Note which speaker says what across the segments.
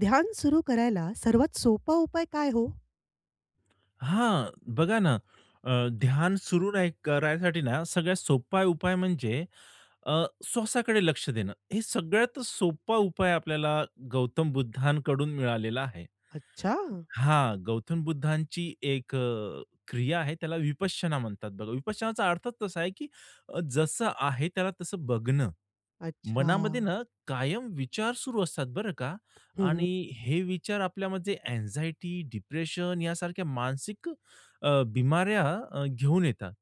Speaker 1: ध्यान सुरू करायला सर्वात सोपा उपाय काय हो?
Speaker 2: हां, बघा ना, ध्यान सुरू नाही करायसाठी ना, सगळ्यात सोपा उपाय म्हणजे श्वासाकडे लक्ष देणं. हे सगळ्यात सोपा उपाय आपल्याला गौतम बुद्धांकडून मिळालेला आहे.
Speaker 1: अच्छा!
Speaker 2: हां, गौतम बुद्धांची एक क्रिया आहे त्याला विपश्यना म्हणतात बघा. विपश्यनाचा अर्थच तसा आहे, की जसं आहे त्याला तसं बघणं.
Speaker 1: अच्छा.
Speaker 2: मनामध्ये ना कायम विचार सुरू असतात बरं का.
Speaker 1: हं, हं.
Speaker 2: आणि हे विचार आपल्यामध्ये अँझायटी, डिप्रेशन यासारख्या मानसिक बिमाऱ्या घेऊन येतात.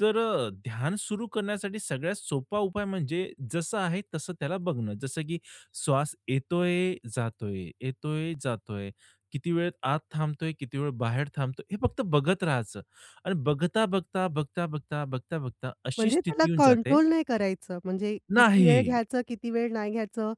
Speaker 2: तर ध्यान सुरू करण्यासाठी सगळ्यात सोपा उपाय म्हणजे जसं आहे तसं त्याला बघणं. जसं की श्वास येतोय, जातोय, येतोय, जातोय. किती वेळ आत थांबतोय, किती वेळ बाहेर थांबतोय हे फक्त बघत राहायचं आणि बघता, बघता, बघता, बघता, बघता, बघता अशी
Speaker 1: म्हणजे त्याला
Speaker 2: स्थिती येऊन जाते.
Speaker 1: कंट्रोल नाही करायचं. म्हणजे किती
Speaker 2: नाही.
Speaker 1: वेळ घ्यायचं, किती वेळ नाही घ्यायचं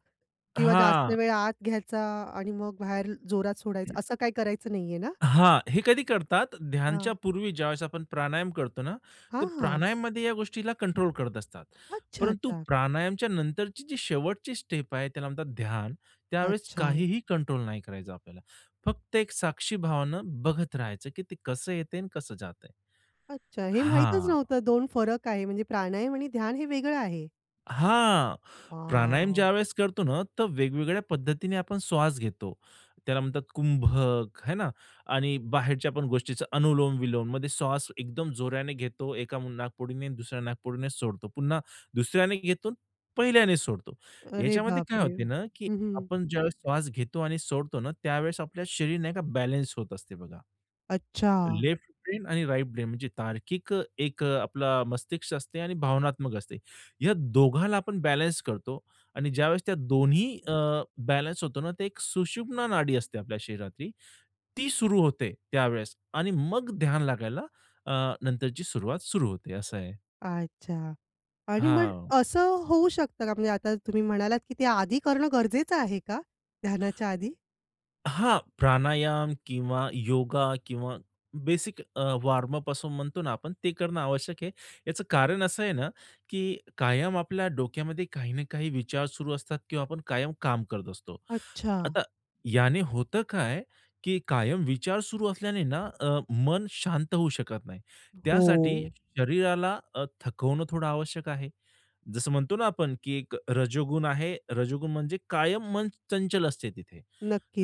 Speaker 1: किंवा जास्त
Speaker 2: हां.
Speaker 1: वेळ आत घ्यायचा आणि मग बाहेर जोरात सोडायचं, असं काही करायचं नाहीये ना?
Speaker 2: हां. हे कधी करतात?
Speaker 1: हां.
Speaker 2: ध्यानच्या पूर्वी ज्यावेळेस आपण प्राणायाम करतो ना, तर
Speaker 1: हां, हां.
Speaker 2: प्राणायाममध्ये या गोष्टीला कंट्रोल करत असतात.
Speaker 1: अच्छा,
Speaker 2: परंतु
Speaker 1: अच्छा.
Speaker 2: प्राणायामच्या नंतरची जी शेवटची स्टेप आहे, त्याला म्हणतात ध्यान. त्यावेळेस
Speaker 1: अच्छा.
Speaker 2: काहीही कंट्रोल नाही करायचं आपल्याला. फक्त एक साक्षी भावानं बघत राहायचं, की ते कसं येतंय आणि कसं जाते.
Speaker 1: अच्छा. हे माहीतच
Speaker 2: हां.
Speaker 1: नव्हतं 2 फरक आहे. म्हणजे प्राणायाम आणि ध्यान हे वेगळं आहे.
Speaker 2: हां. प्राणायाम
Speaker 1: हां.
Speaker 2: ज्यावेळेस करतो ना, तर वेगवेगळ्या पद्धतीने आपण श्वास घेतो. त्याला म्हणतात कुंभक, है ना? आणि बाहेरच्या पण गोष्टीचा अनुलोम-विलोम मध्ये श्वास एकदम जोराने घेतो. नाकपुडीने दुसऱ्या नाकपुडीने सोडतो. पुन्हा दुसऱ्याने घेतो, पहिल्याने सोडतो.
Speaker 1: अरे
Speaker 2: याच्यामध्ये काय
Speaker 1: बापरे!
Speaker 2: होते ना, की
Speaker 1: हं, हं.
Speaker 2: आपण ज्यावेळेस श्वास घेतो आणि सोडतो ना, त्यावेळेस आपल्या शरीर नाही का बॅलन्स होत असते बघा.
Speaker 1: अच्छा.
Speaker 2: लेफ्ट ब्रेन आणि राइट ब्रेन म्हणजे तार्किक एक आपला मस्तिष्क असते आणि भावनात्मक असते. या दोघाला आपण बॅलन्स करतो आणि ज्यावेळेस त्या दोन्ही बॅलन्स होतो ना, ते एक सुषुम्ना नाडी असते आपल्या शरीरातली, ती सुरू होते त्यावेळेस आणि मग ध्यान लागायला अ, नंतरची सुरुवात सुरू होते. असं आहे.
Speaker 1: अच्छा. आणि मग
Speaker 2: हां.
Speaker 1: असं होऊ शकतं का? म्हणजे आता तुम्ही म्हणालात, की ते आधी करणं गरजेचं आहे का? ध्यानाच्या आधी?
Speaker 2: हां, प्राणायाम किंवा योगा किंवा बेसिक वॉर्मअप असं म्हणतो ना आपण, ते करणं आवश्यक आहे. याचं कारण असं आहे ना, की कायम आपल्या डोक्यामध्ये काही ना काही विचार सुरू असतात किंवा आपण कायम काम करत असतो.
Speaker 1: अच्छा.
Speaker 2: आता याने होतं काय, की कायम विचार सुरू असल्याने ना मन शांत होऊ शकत नाही.
Speaker 1: हो.
Speaker 2: त्यासाठी शरीराला थकवणं थोडं आवश्यक आहे. जसं म्हणतो ना आपण, की एक रजोगुण आहे. रजोगुण म्हणजे कायम मन चंचल असते तिथे.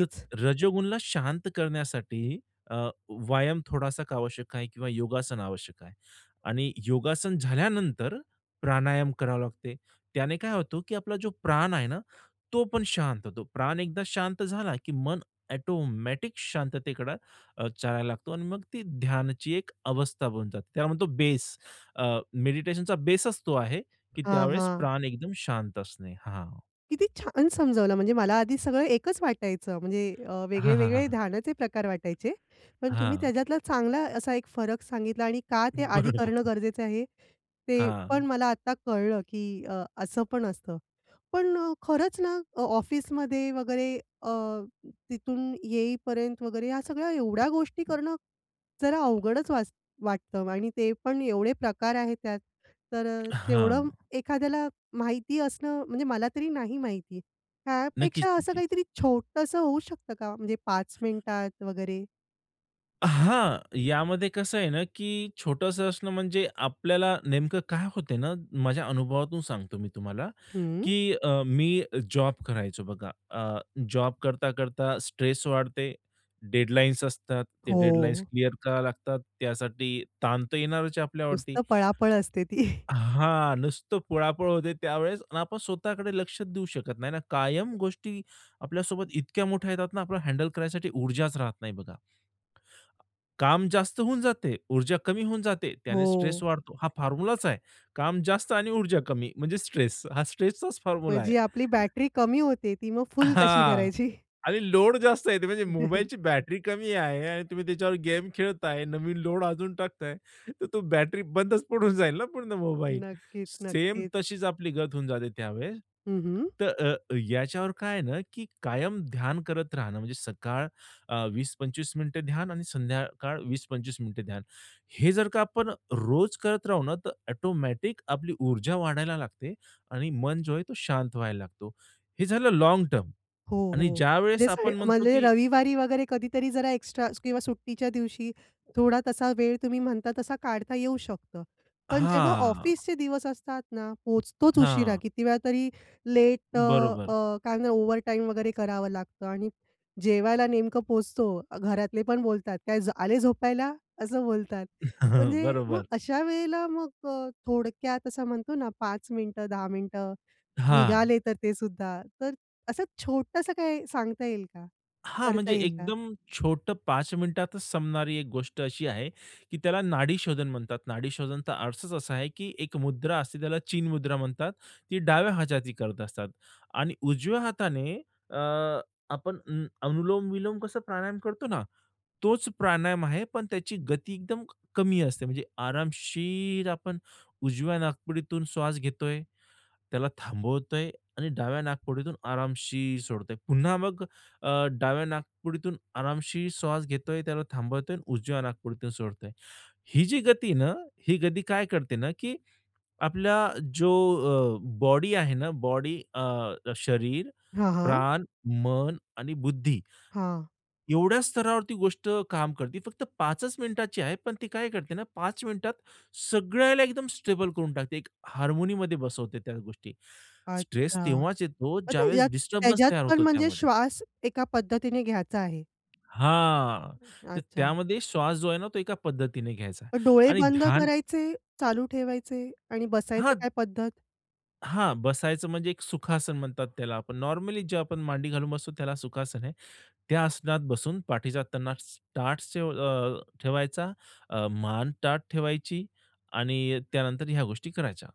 Speaker 2: तर रजोगुणला शांत करण्यासाठी अ, व्यायाम थोडासा का आवश्यक आहे किंवा योगासन आवश्यक आहे आणि योगासन झाल्यानंतर प्राणायाम करावा लागते. त्याने काय होतो, की आपला जो प्राण आहे ना, तो पण शांत होतो. प्राण एकदा शांत झाला, की मन ऑटोमॅटिक शांततेकडे चालायला लागतो आणि मग ती ध्यानाची एक अवस्था बनून जाते. त्याला म्हणतो बेस, मेडिटेशनचा बेसच तो आहे, की
Speaker 1: हां,
Speaker 2: त्यावेळेस
Speaker 1: हां.
Speaker 2: प्राण एकदम शांत असणे. हां.
Speaker 1: किती छान समजावलं. म्हणजे मला आधी सगळं एकच वाटायचं. म्हणजे
Speaker 2: हां, हां, हां,
Speaker 1: वेगळे-वेगळे
Speaker 2: हां.
Speaker 1: ध्यानाचे प्रकार वाटायचे. पण तुम्ही त्याच्यातला चांगला असा एक फरक सांगितला आणि का ते आधी करणं
Speaker 2: बरोबर.
Speaker 1: गरजेचं आहे, ते पण
Speaker 2: हां.
Speaker 1: मला आता कळलं, की असं पण असतं. पण खरंच ना ऑफिसमध्ये वगैरे अ, तिथून येईपर्यंत वगैरे ह्या सगळ्या एवढ्या गोष्टी करणं जरा अवघडच वाटतं आणि ते पण एवढे प्रकार आहेत त्यात. तर तेवढं
Speaker 2: हां.
Speaker 1: एखाद्याला माहिती असणं म्हणजे मला तरी नाही माहिती. त्यापेक्षा
Speaker 2: नक्कीच,
Speaker 1: असं
Speaker 2: नक्कीच.
Speaker 1: काहीतरी छोटंसं होऊ शकतं का? म्हणजे 5 मिनिटात वगैरे?
Speaker 2: हां, यामध्ये कसं आहे ना, की छोटंसं असणं म्हणजे आपल्याला नेमकं काय होते ना, माझ्या अनुभवातून सांगतो मी तुम्हाला,
Speaker 1: हं.
Speaker 2: की मी जॉब करायचो बघा. जॉब करता-करता स्ट्रेस वाढते, डेडलाईन्स असतात. ते
Speaker 1: हो.
Speaker 2: डेडलाईन्स क्लिअर कराव्या लागतात. त्यासाठी ताण तर येणारच आहे आपल्यावरती.
Speaker 1: नुसतं पळापळ असते ती.
Speaker 2: हां, नुसतं पळापळ होते त्यावेळेस आणि आपण स्वतःकडे लक्ष देऊ शकत नाही ना. कायम गोष्टी आपल्यासोबत इतक्या मोठ्या येतात ना, आपल्याला हँडल करायसाठी ऊर्जाच राहत नाही बघा. काम जास्त होऊन जाते, ऊर्जा कमी होऊन जाते, त्याने
Speaker 1: हो.
Speaker 2: स्ट्रेस वाढतो. हा फॉर्म्युलाच आहे. काम जास्त आणि ऊर्जा कमी म्हणजे स्ट्रेस. हा स्ट्रेसचाच फॉर्म्युला
Speaker 1: मग
Speaker 2: आहे.
Speaker 1: आपली बॅटरी कमी होते ती मग फुल कशी
Speaker 2: हां.
Speaker 1: करायची?
Speaker 2: आणि लोड जास्त आहे. ते म्हणजे मोबाईलची बॅटरी कमी आहे आणि तुम्ही त्याच्यावर गेम खेळताय, नवीन लोड अजून टाकताय, तर तो बॅटरी बंदच पडून जाईल ना पूर्ण मोबाईल.
Speaker 1: नक्कीच,
Speaker 2: सेम
Speaker 1: नक्कीच.
Speaker 2: तशीच आपली गत होऊन जाते त्यावेळेस.
Speaker 1: हं, हं.
Speaker 2: तर याच्यावर काय आहे ना, की कायम ध्यान करत राहणं म्हणजे सकाळ 20-25 मिनिटं ध्यान आणि संध्याकाळ 20-25 मिनिटं ध्यान. हे जर का आपण रोज करत राहू ना, तर ऑटोमॅटिक आपली ऊर्जा वाढायला लागते आणि मन जो आहे तो शांत व्हायला लागतो. हे झालं लाँग टर्म.
Speaker 1: हो,
Speaker 2: आणि
Speaker 1: हो. जे
Speaker 2: ज्यावेळेस
Speaker 1: स
Speaker 2: आपण म्हणतो
Speaker 1: म्हणजे
Speaker 2: की
Speaker 1: रविवारी वगैरे कधीतरी जरा एक्स्ट्रा किंवा सुट्टीच्या दिवशी थोडा तसा वेळ तुम्ही म्हणता तसा काढता येऊ शकतं. पण जेव्हा
Speaker 2: हां,
Speaker 1: ऑफिसचे दिवस असतात ना, पोहोचतोच उशिरा.
Speaker 2: हां.
Speaker 1: किती वेळा तरी लेट
Speaker 2: बरोबर.
Speaker 1: काय म्हणणार ओव्हरटाईम वगैरे करावं लागतं आणि जेवायला नेमकं पोहोचतो. घरातले पण बोलतात, "काय आले झोपायला?" असं बोलतात. म्हणजे मग
Speaker 2: बरोबर.
Speaker 1: अशा वेळेला मग थोडक्यात असं म्हणतो ना 5 मिनिटं, 10 मिनिटं
Speaker 2: हां.
Speaker 1: निघाले तर ते सुद्धा. तर असं छोटंसं काही सांगता येईल का?
Speaker 2: हां,
Speaker 1: करता
Speaker 2: म्हणजे
Speaker 1: येईल का?
Speaker 2: एकदम छोटं 5 मिनिटातच संपणारी एक गोष्ट अशी आहे, की त्याला नाडीशोधन म्हणतात. नाडीशोधनचा अर्थच असा आहे, की एक मुद्रा असते त्याला चीन मुद्रा म्हणतात. ती डाव्या हाताची करत असतात आणि उजव्या हाताने अ, आपण अनुलोम-विलोम कसं प्राणायाम करतो ना, तोच प्राणायाम आहे, पण त्याची गती एकदम कमी असते. म्हणजे आरामशीर आपण उजव्या नाकपुडीतून श्वास घेतोय, त्याला थांबवतोय आणि डाव्या नाकपुडीतून आरामशीर सोडतोय. पुन्हा मग डाव्या नाकपुडीतून आरामशीर श्वास घेतोय, त्याला थांबवतोय आणि उजव्या नाकपुडीतून सोडतोय. ही जी गती आहे ना, ही गती काय करते ना, की आपला जो बॉडी आहे ना, बॉडी शरीर,
Speaker 1: हां, हां.
Speaker 2: प्राण, मन आणि बुद्धी
Speaker 1: हां.
Speaker 2: एवढ्या स्तरावरती गोष्ट काम करते. फक्त 5च मिनिटाची आहे, पण ती काय करते ना पाच मिनिटात सगळ्याला एकदम स्टेबल करून टाकते. एक हार्मोनीमध्ये बसवते त्या गोष्टी. स्ट्रेस
Speaker 1: अच्छा.
Speaker 2: तेव्हाच येतो
Speaker 1: मग
Speaker 2: ज्यावेळेस
Speaker 1: त्याच्यात
Speaker 2: डिस्टर्बन्स
Speaker 1: त्याच्यात
Speaker 2: तयार
Speaker 1: पण
Speaker 2: होतो
Speaker 1: म्हणजे
Speaker 2: त्यामध्ये.
Speaker 1: श्वास एका पद्धतीने घ्यायचा आहे.
Speaker 2: हां, तर
Speaker 1: अच्छा.
Speaker 2: त्यामध्ये श्वास जो आहे ना तो एका पद्धतीने घ्यायचा
Speaker 1: मग डोळे
Speaker 2: आणि
Speaker 1: बंद
Speaker 2: ध्यान.
Speaker 1: करायचे, चालू ठेवायचे आणि बसायचं
Speaker 2: हां,
Speaker 1: काय पद्धत?
Speaker 2: हां, बसायचं म्हणजे एक सुखासन म्हणतात त्याला आपण. नॉर्मली जे आपण मांडी घालून बसतो त्याला सुखासन आहे. त्या आसनात बसून पाठीचा त्यांना ठेवायचा, मान ताठ ठेवायची आणि त्यानंतर ह्या गोष्टी करायच्या.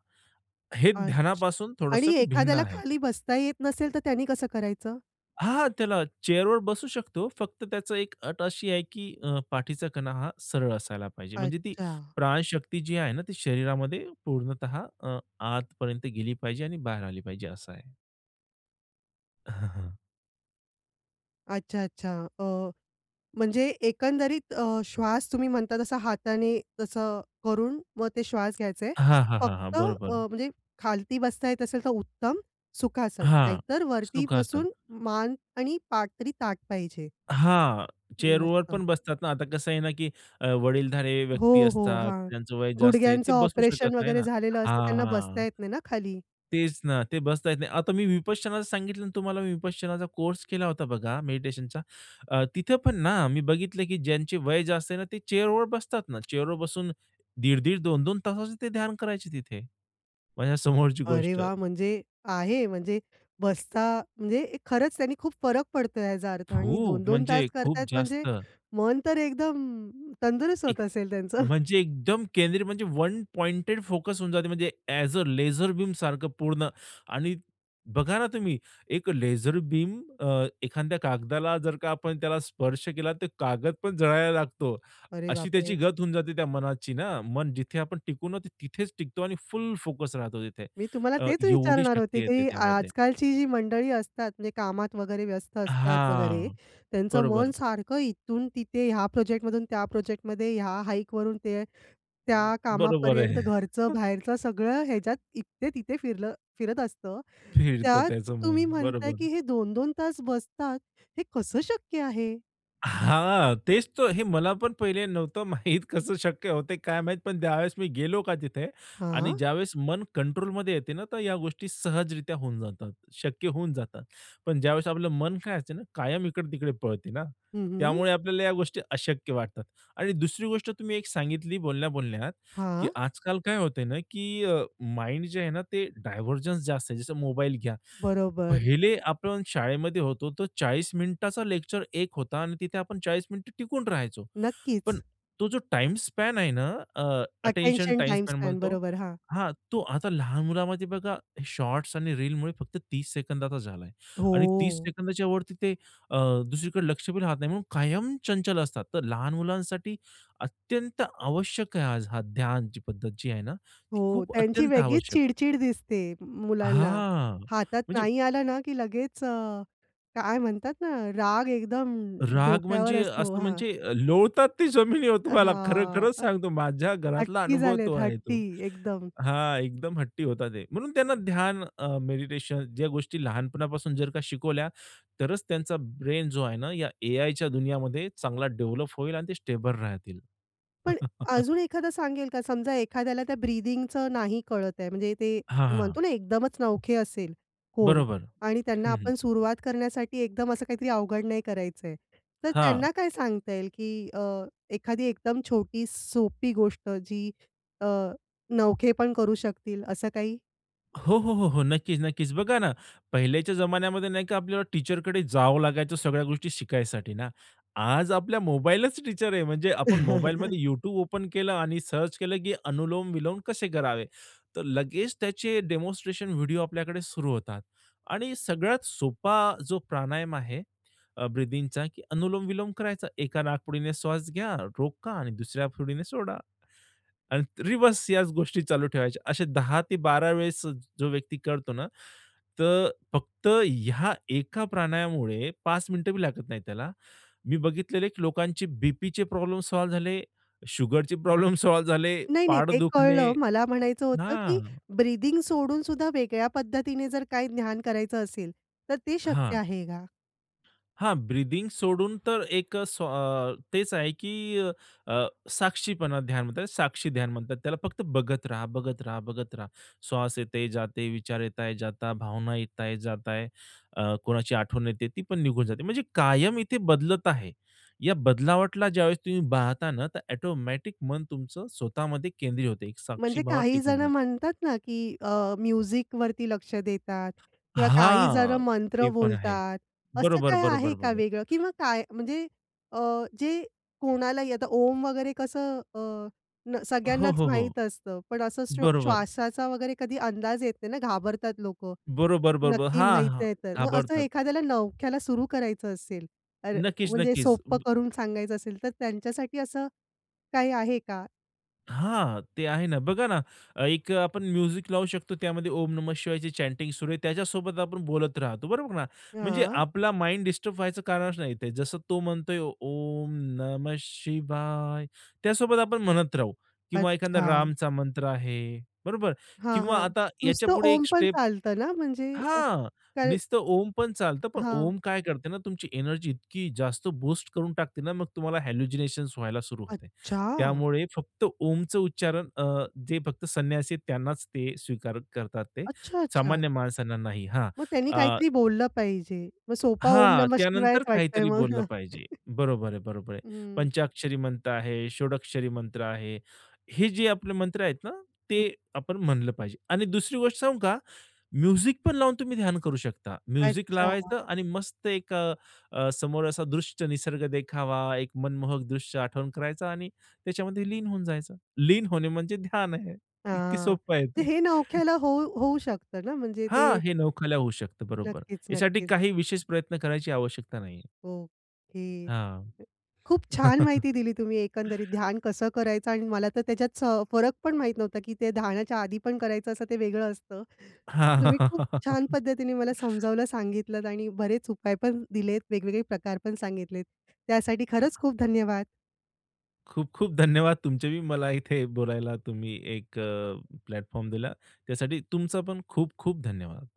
Speaker 2: हे
Speaker 1: अच्छा.
Speaker 2: ध्यानापासून
Speaker 1: आणि
Speaker 2: थोडंसं भिन्न
Speaker 1: एखाद्याला
Speaker 2: आहे.
Speaker 1: खाली बसता येत नसेल, तर त्यांनी कसं करायचं?
Speaker 2: हां, त्याला चेअरवर बसू शकतो. फक्त त्याचं एक अट अशी आहे, की पाठीचा कणा हा सरळ असायला पाहिजे. म्हणजे ती
Speaker 1: अच्छा.
Speaker 2: प्राणशक्ती जी आहे ना, ती शरीरामध्ये पूर्णतः आतपर्यंत गेली पाहिजे आणि बाहेर आली पाहिजे असं आहे.
Speaker 1: अच्छा, अच्छा. म्हणजे एकंदरीत श्वास तुम्ही म्हणता तसा हाताने तसं करून मग ते श्वास घ्यायचे.
Speaker 2: हां, हां. हां, हां,
Speaker 1: फक्त
Speaker 2: हां, बरोबर.
Speaker 1: म्हणजे खालती बसता येत असेल तर उत्तम सुखासन,
Speaker 2: हां,
Speaker 1: नाहीतर वरती
Speaker 2: सुखासन.
Speaker 1: बसून मान आणि पाठ तरी ताठ पाहिजे.
Speaker 2: हां, चेअरवर
Speaker 1: मस्त.
Speaker 2: पण बसतात ना. आता कसं आहे ना, की वडीलधारे
Speaker 1: हो,
Speaker 2: व्यक्ती
Speaker 1: हो.
Speaker 2: असतात,
Speaker 1: हां.
Speaker 2: त्यांचं वय जास्त आहे,
Speaker 1: गुडघ्यांचं
Speaker 2: ते बसू
Speaker 1: ऑपरेशन
Speaker 2: शकत नाही
Speaker 1: वगैरे
Speaker 2: ना.
Speaker 1: झालेलं असतं त्यांना बसता
Speaker 2: हां,
Speaker 1: येत नाही ना खाली.
Speaker 2: तेच ना, ते बसता येत नाही. आता मी विपश्यनाचं सांगितलं ना तुम्हाला, मी विपश्यनाचा कोर्स केला होता बघा मेडिटेशनचा. तिथं पण ना, मी बघितलं की ज्यांचे वय जास्त आहे ना, ते चेअरवर बसतात ना. चेअरवर बसून दीड-दीड, 2-2 तासाचं ते ध्यान करायचे तिथे. माझ्यासमोरची
Speaker 1: अरे
Speaker 2: गोष्ट.
Speaker 1: वा, आहे म्हणजे बसता म्हणजे एक खरंच त्यांनी खूप फरक पडतोय ह्याचा अर्थ आणि
Speaker 2: खूप
Speaker 1: दोन-दोन तास
Speaker 2: म्हणजे खूप
Speaker 1: करतायत म्हणजे
Speaker 2: जास्त.
Speaker 1: मन तर एकदम तंदुरुस्त
Speaker 2: एक
Speaker 1: होत असेल त्यांचं.
Speaker 2: म्हणजे एकदम केंद्रित म्हणजे वन पॉइंटेड फोकस होऊन जाते म्हणजे ॲज अ लेझर बीम सारखं पूर्ण. आणि बघा ना तुम्ही एक लेझर बीम एखाद्या कागदाला जर का आपण त्याला स्पर्श केला तर कागद पण जळायला लागतो.
Speaker 1: अरे
Speaker 2: अशी त्याची
Speaker 1: बापरे!
Speaker 2: गत होऊन जाते त्या मनाची ना. मन जिथे आपण टिकू ना ते तिथेच टिकतो आणि फुल फोकस राहतो तिथे.
Speaker 1: मी तुम्हाला तेच
Speaker 2: एवढी
Speaker 1: विचारणार होते,
Speaker 2: शक्ती येते
Speaker 1: की
Speaker 2: त्यामध्ये.
Speaker 1: आजकालची जी मंडळी असतात म्हणजे कामात वगैरे व्यस्त असतात वगैरे,
Speaker 2: हां.
Speaker 1: त्यांचं मन
Speaker 2: बरोबर.
Speaker 1: सारखं इथून तिथे ह्या प्रोजेक्टमधून त्या प्रोजेक्टमध्ये, ह्या हाईकवरून ते त्या
Speaker 2: बरोबर आहे.
Speaker 1: कामापर्यंत घरचं, बाहेरचं सगळं ह्याच्यात इथे तिथे फिरत असतं.
Speaker 2: फिरतं
Speaker 1: त्यात
Speaker 2: त्याचं मन.
Speaker 1: तुम्ही म्हणताय,
Speaker 2: बरोबर.
Speaker 1: की हे दोन-दोन तास बसतात, हे कसं शक्य आहे?
Speaker 2: हां, तेच तर हे मला पण पहिले नव्हतं माहीत कसं शक्य होते काय माहीत, पण त्यावेळेस मी गेलो का तिथे
Speaker 1: हां.
Speaker 2: आणि ज्यावेळेस मन कंट्रोलमध्ये येते ना, तर या गोष्टी सहजरित्या होऊन जातात, शक्य होऊन जातात. पण ज्यावेळेस आपलं मन काय असते ना, कायम इकडे-तिकडे पळते ना,
Speaker 1: हं, हं.
Speaker 2: त्यामुळे आपल्याला या गोष्टी अशक्य वाटतात. आणि दुसरी गोष्ट तुम्ही एक सांगितली बोलण्या-बोलण्यात, की
Speaker 1: हां.
Speaker 2: आजकाल काय होते ना, की माइंड जे आहे ना, ते डायव्हर्जन्स जास्त आहे. जसं मोबाईल घ्या,
Speaker 1: बरोबर.
Speaker 2: पहिले आपण शाळेमध्ये होतो, तर 40 मिनिटाचा लेक्चर एक होता आणि तिथे आपण 40 मिनिटं टिकून राहायचो.
Speaker 1: नक्कीच.
Speaker 2: पण तो जो टाइम स्पॅन आहे ना, attention
Speaker 1: attention
Speaker 2: time
Speaker 1: time
Speaker 2: span
Speaker 1: span
Speaker 2: म्हणतो.
Speaker 1: बरोबर. हां.
Speaker 2: हां, तो आता लहान मुलामध्ये बघा शॉर्ट्स आणि रीलमुळे फक्त 30 सेकंदाचा झाला आहे
Speaker 1: हो.
Speaker 2: आणि 30 सेकंदाच्या वरती ते अ, दुसरीकडे लक्ष बी राहत नाही म्हणून कायम चंचल असतात. तर लहान मुलांसाठी अत्यंत आवश्यक आहे आज हा ध्यानची पद्धत जी आहे ना, ती
Speaker 1: हो.
Speaker 2: खूप
Speaker 1: त्यांची
Speaker 2: अत्यंत
Speaker 1: वेगळीच
Speaker 2: आवश्यक आहे.
Speaker 1: चिडचिड दिसते मुलांना.
Speaker 2: हां,
Speaker 1: हातात
Speaker 2: म्हणजे
Speaker 1: नाही आलं ना, की लगेच काय म्हणतात ना, राग एकदम
Speaker 2: राग
Speaker 1: डोक्यावर
Speaker 2: म्हणजे
Speaker 1: असतो.
Speaker 2: असं
Speaker 1: हां.
Speaker 2: म्हणजे लोळतात ते जमिनीवर तुम्हाला खरं,
Speaker 1: हां.
Speaker 2: खरंच सांगतो माझ्या घरातला
Speaker 1: हट्टी
Speaker 2: अनुभव तो
Speaker 1: झालेत,
Speaker 2: आहे
Speaker 1: हट्टी
Speaker 2: तो.
Speaker 1: एकदम.
Speaker 2: हां, एकदम हट्टी होता ते. म्हणून त्यांना ध्यान, मेडिटेशन ज्या गोष्टी लहानपणापासून जर का शिकवल्या, तरच त्यांचा ब्रेन जो आहे ना, या एआयच्या दुनियामध्ये चांगला डेव्हलप होईल आणि ते स्टेबल राहतील.
Speaker 1: पण अजून एखादा सांगेल का? समजा एखाद्याला त्या ब्रीथिंगचं नाही कळत आहे, म्हणजे ते आपण
Speaker 2: हां,
Speaker 1: म्हणतो ना एकदमच नवखे असेल कोण
Speaker 2: बरोबर.
Speaker 1: आणि त्यांना
Speaker 2: हं, हं.
Speaker 1: आपण सुरुवात करण्यासाठी एकदम असं काहीतरी अवघड नाही करायचं आहे. तर
Speaker 2: हां.
Speaker 1: त्यांना काय सांगता येईल, की एखादी एकदम छोटी सोपी गोष्ट जी अ, नवखे पण करू शकतील असं काही?
Speaker 2: हो, हो, हो, हो. नक्कीच, नक्कीच. बघा ना, पहिल्याच्या जमान्यामध्ये नाही का आपल्याला टीचरकडे जावं लागायचं सगळ्या गोष्टी शिकायसाठी ना. आज आपल्या मोबाईलच टीचर आहे. म्हणजे आपण मोबाईलमध्ये YouTube ओपन केलं आणि सर्च केलं, की अनुलोम-विलोम कसे करावे. तर लगेच त्याचे डेमॉन्स्ट्रेशन व्हिडिओ आपल्याकडे सुरू होतात आणि सगळ्यात सोपा जो प्राणायाम आहे, अ, की अनुलोम-विलोम करायचा. एका नाकपुडीने श्वास घ्या, रोका आणि दुसऱ्या पुडीने सोडा. आणि रिव्हर्स याच गोष्टी चालू ठेवायच्या. असे 10 ते 12 वेळेस जो व्यक्ती करतो ना, तर फक्त ह्या एका प्राणायामुळे 5 मिनिटं बी लागत नाही त्याला. मी बघितलेले की लोकांचे बीपीचे प्रॉब्लेम सॉल्व्ह झाले, शुगरचे प्रॉब्लेम सॉल्व्ह झाले,
Speaker 1: नाही, नाही.
Speaker 2: पाठ
Speaker 1: ते
Speaker 2: दुखणे.
Speaker 1: कळलं. मला म्हणायचं होतं, की
Speaker 2: हां,
Speaker 1: ब्रीथिंग सोडून सुद्धा वेगळ्या पद्धतीने जर काही ध्यान करायचं असेल, तर ते शक्य
Speaker 2: हां.
Speaker 1: आहे का?
Speaker 2: हां, ब्रीथिंग सोडून तर एक तेच आहे की अ, अ, साक्षीपणा ध्यान म्हणतात, साक्षी ध्यान म्हणतात त्याला. फक्त बघत राहा, बघत राहा, बघत राहा. श्वास येते, जाते, विचार येत आहे, जाता, भावना येत आहे, जात आहे. कोणाची आठवण येते, ती पण निघून जाते. म्हणजे कायम इथे बदलत आहे. या बदलावटला ज्यावेळेस तुम्ही पाहता ना, तर ऑटोमॅटिक मन तुमचं स्वतःमध्ये केंद्रित होते. एक
Speaker 1: म्हणजे
Speaker 2: साक्षीभावात
Speaker 1: काही
Speaker 2: टिकून
Speaker 1: जणं
Speaker 2: जाते.
Speaker 1: म्हणतात ना, की म्युझिक वरती लक्ष देतात किंवा काही जणं
Speaker 2: हां,
Speaker 1: मंत्र
Speaker 2: ते पण आहे.
Speaker 1: बोलतात. असं
Speaker 2: बरोबर,
Speaker 1: काय आहे
Speaker 2: बरोबर,
Speaker 1: का
Speaker 2: बरोबर.
Speaker 1: वेगळं? किंवा काय म्हणजे अ, जे कोणालाही आता ओम वगैरे कसं
Speaker 2: हो,
Speaker 1: सगळ्यांनाच
Speaker 2: हो, हो.
Speaker 1: माहीत असतं. पण असं
Speaker 2: बरोबर.
Speaker 1: श्वासाचा वगैरे कधी अंदाज येत नाही ना, घाबरतात लोकं.
Speaker 2: बरोबर, बरोबर.
Speaker 1: नक्की
Speaker 2: हां,
Speaker 1: माहीत
Speaker 2: हां.
Speaker 1: नाही तर. मग असं
Speaker 2: घाबरतात.
Speaker 1: एखाद्याला नवख्याला सुरू करायचं असेल, तर
Speaker 2: नक्कीच,
Speaker 1: म्हणजे
Speaker 2: नक्कीच.
Speaker 1: सोप्पं करून सांगायचं असेल, तर त्यांच्यासाठी असं काही आहे का?
Speaker 2: हां, ते आहे ना. बघा ना, एक आपण म्युझिक लावू शकतो. त्यामध्ये ओम नमः शिवायची चॅटिंग सुरू आहे. त्याच्यासोबत आपण बोलत राहतो. बरोबर ना? म्हणजे
Speaker 1: हां,
Speaker 2: आपला माइंड डिस्टर्ब व्हायचं कारणच नाही ते. जसं तो म्हणतोय ओम नमः शिवाय, त्यासोबत आपण म्हणत राहू किंवा एखादा
Speaker 1: अच्छा.
Speaker 2: रामचा मंत्र आहे. बरोबर?
Speaker 1: हां, हां.
Speaker 2: किंवा आता
Speaker 1: नुसतं
Speaker 2: याच्यापुढे
Speaker 1: ओम
Speaker 2: एक
Speaker 1: पण
Speaker 2: स्टेप.
Speaker 1: चालतं ना? म्हणजे अ,
Speaker 2: हां,
Speaker 1: काय
Speaker 2: नुसतं ओम पण चालतं, पण
Speaker 1: हां.
Speaker 2: ओम काय करते ना, तुमची एनर्जी इतकी जास्त बूस्ट करून टाकते ना, मग तुम्हाला हॅल्युजिनेशन्स व्हायला सुरू होते.
Speaker 1: अच्छा.
Speaker 2: त्यामुळे फक्त ओमचं उच्चारण जे फक्त संन्यासी आहेत त्यांनाच ते स्वीकार करतात ते.
Speaker 1: अच्छा, अच्छा.
Speaker 2: सामान्य माणसांना नाही. हां.
Speaker 1: मग त्यांनी काहीतरी बोललं पाहिजे. मग सोपा ओम
Speaker 2: हां,
Speaker 1: नमः शिवायच
Speaker 2: त्यानंतर
Speaker 1: वाटतंय
Speaker 2: काहीतरी बोललं
Speaker 1: मग.
Speaker 2: पाहिजे. बरोबर आहे, बरोबर आहे.
Speaker 1: हं.
Speaker 2: पंचाक्षरी मंत्र आहे, षोडक्षरी मंत्र आहे. हे जे आपले मंत्र आहेत ना, ते आपण म्हणलं पाहिजे. आणि दुसरी गोष्ट सांगू का? म्युझिक पण लावून तुम्ही ध्यान करू शकता. म्युझिक
Speaker 1: अच्छा.
Speaker 2: लावायचं आणि मस्त एक अ, अ, समोर असा दृश्य निसर्ग देखावा, एक मनमोहक दृश्य आठवण करायचा आणि त्याच्यामध्ये लीन होऊन जायचं. लीन होणे म्हणजे ध्यान आहे. इतकी
Speaker 1: हां.
Speaker 2: सोपं आहे
Speaker 1: तर
Speaker 2: ते.
Speaker 1: हे नवख्याला होऊ होऊ शकतं ना? म्हणजे ते
Speaker 2: हां, हे नवखाला होऊ शकतं. बरोबर.
Speaker 1: नक्कीच,
Speaker 2: यासाठी
Speaker 1: नक्कीच.
Speaker 2: काही विशेष प्रयत्न करायची आवश्यकता नाहीये.
Speaker 1: ओके.
Speaker 2: हां.
Speaker 1: खूप छान
Speaker 2: हां,
Speaker 1: माहिती दिली तुम्ही एकंदरीत ध्यान कसं करायचं आणि मला तर त्याच्यात स फरक पण माहीत नव्हता, की ते ध्यानाच्या आधी पण करायचं असं ते वेगळं असतं.
Speaker 2: हां, हां,
Speaker 1: तुम्ही खूप
Speaker 2: हां,
Speaker 1: छान
Speaker 2: हां,
Speaker 1: पद्धतीने मला समजावलं, सांगितलंत आणि बरेच उपाय पण दिलेत, वेगवेगळे प्रकार पण सांगितलेत. त्यासाठी खरंच खूप धन्यवाद.
Speaker 2: खूप-खूप धन्यवाद तुमचे बी मला इथे बोलायला तुम्ही एक प्लॅटफॉर्म दिला. त्यासाठी तुमचा पण खूप-खूप धन्यवाद.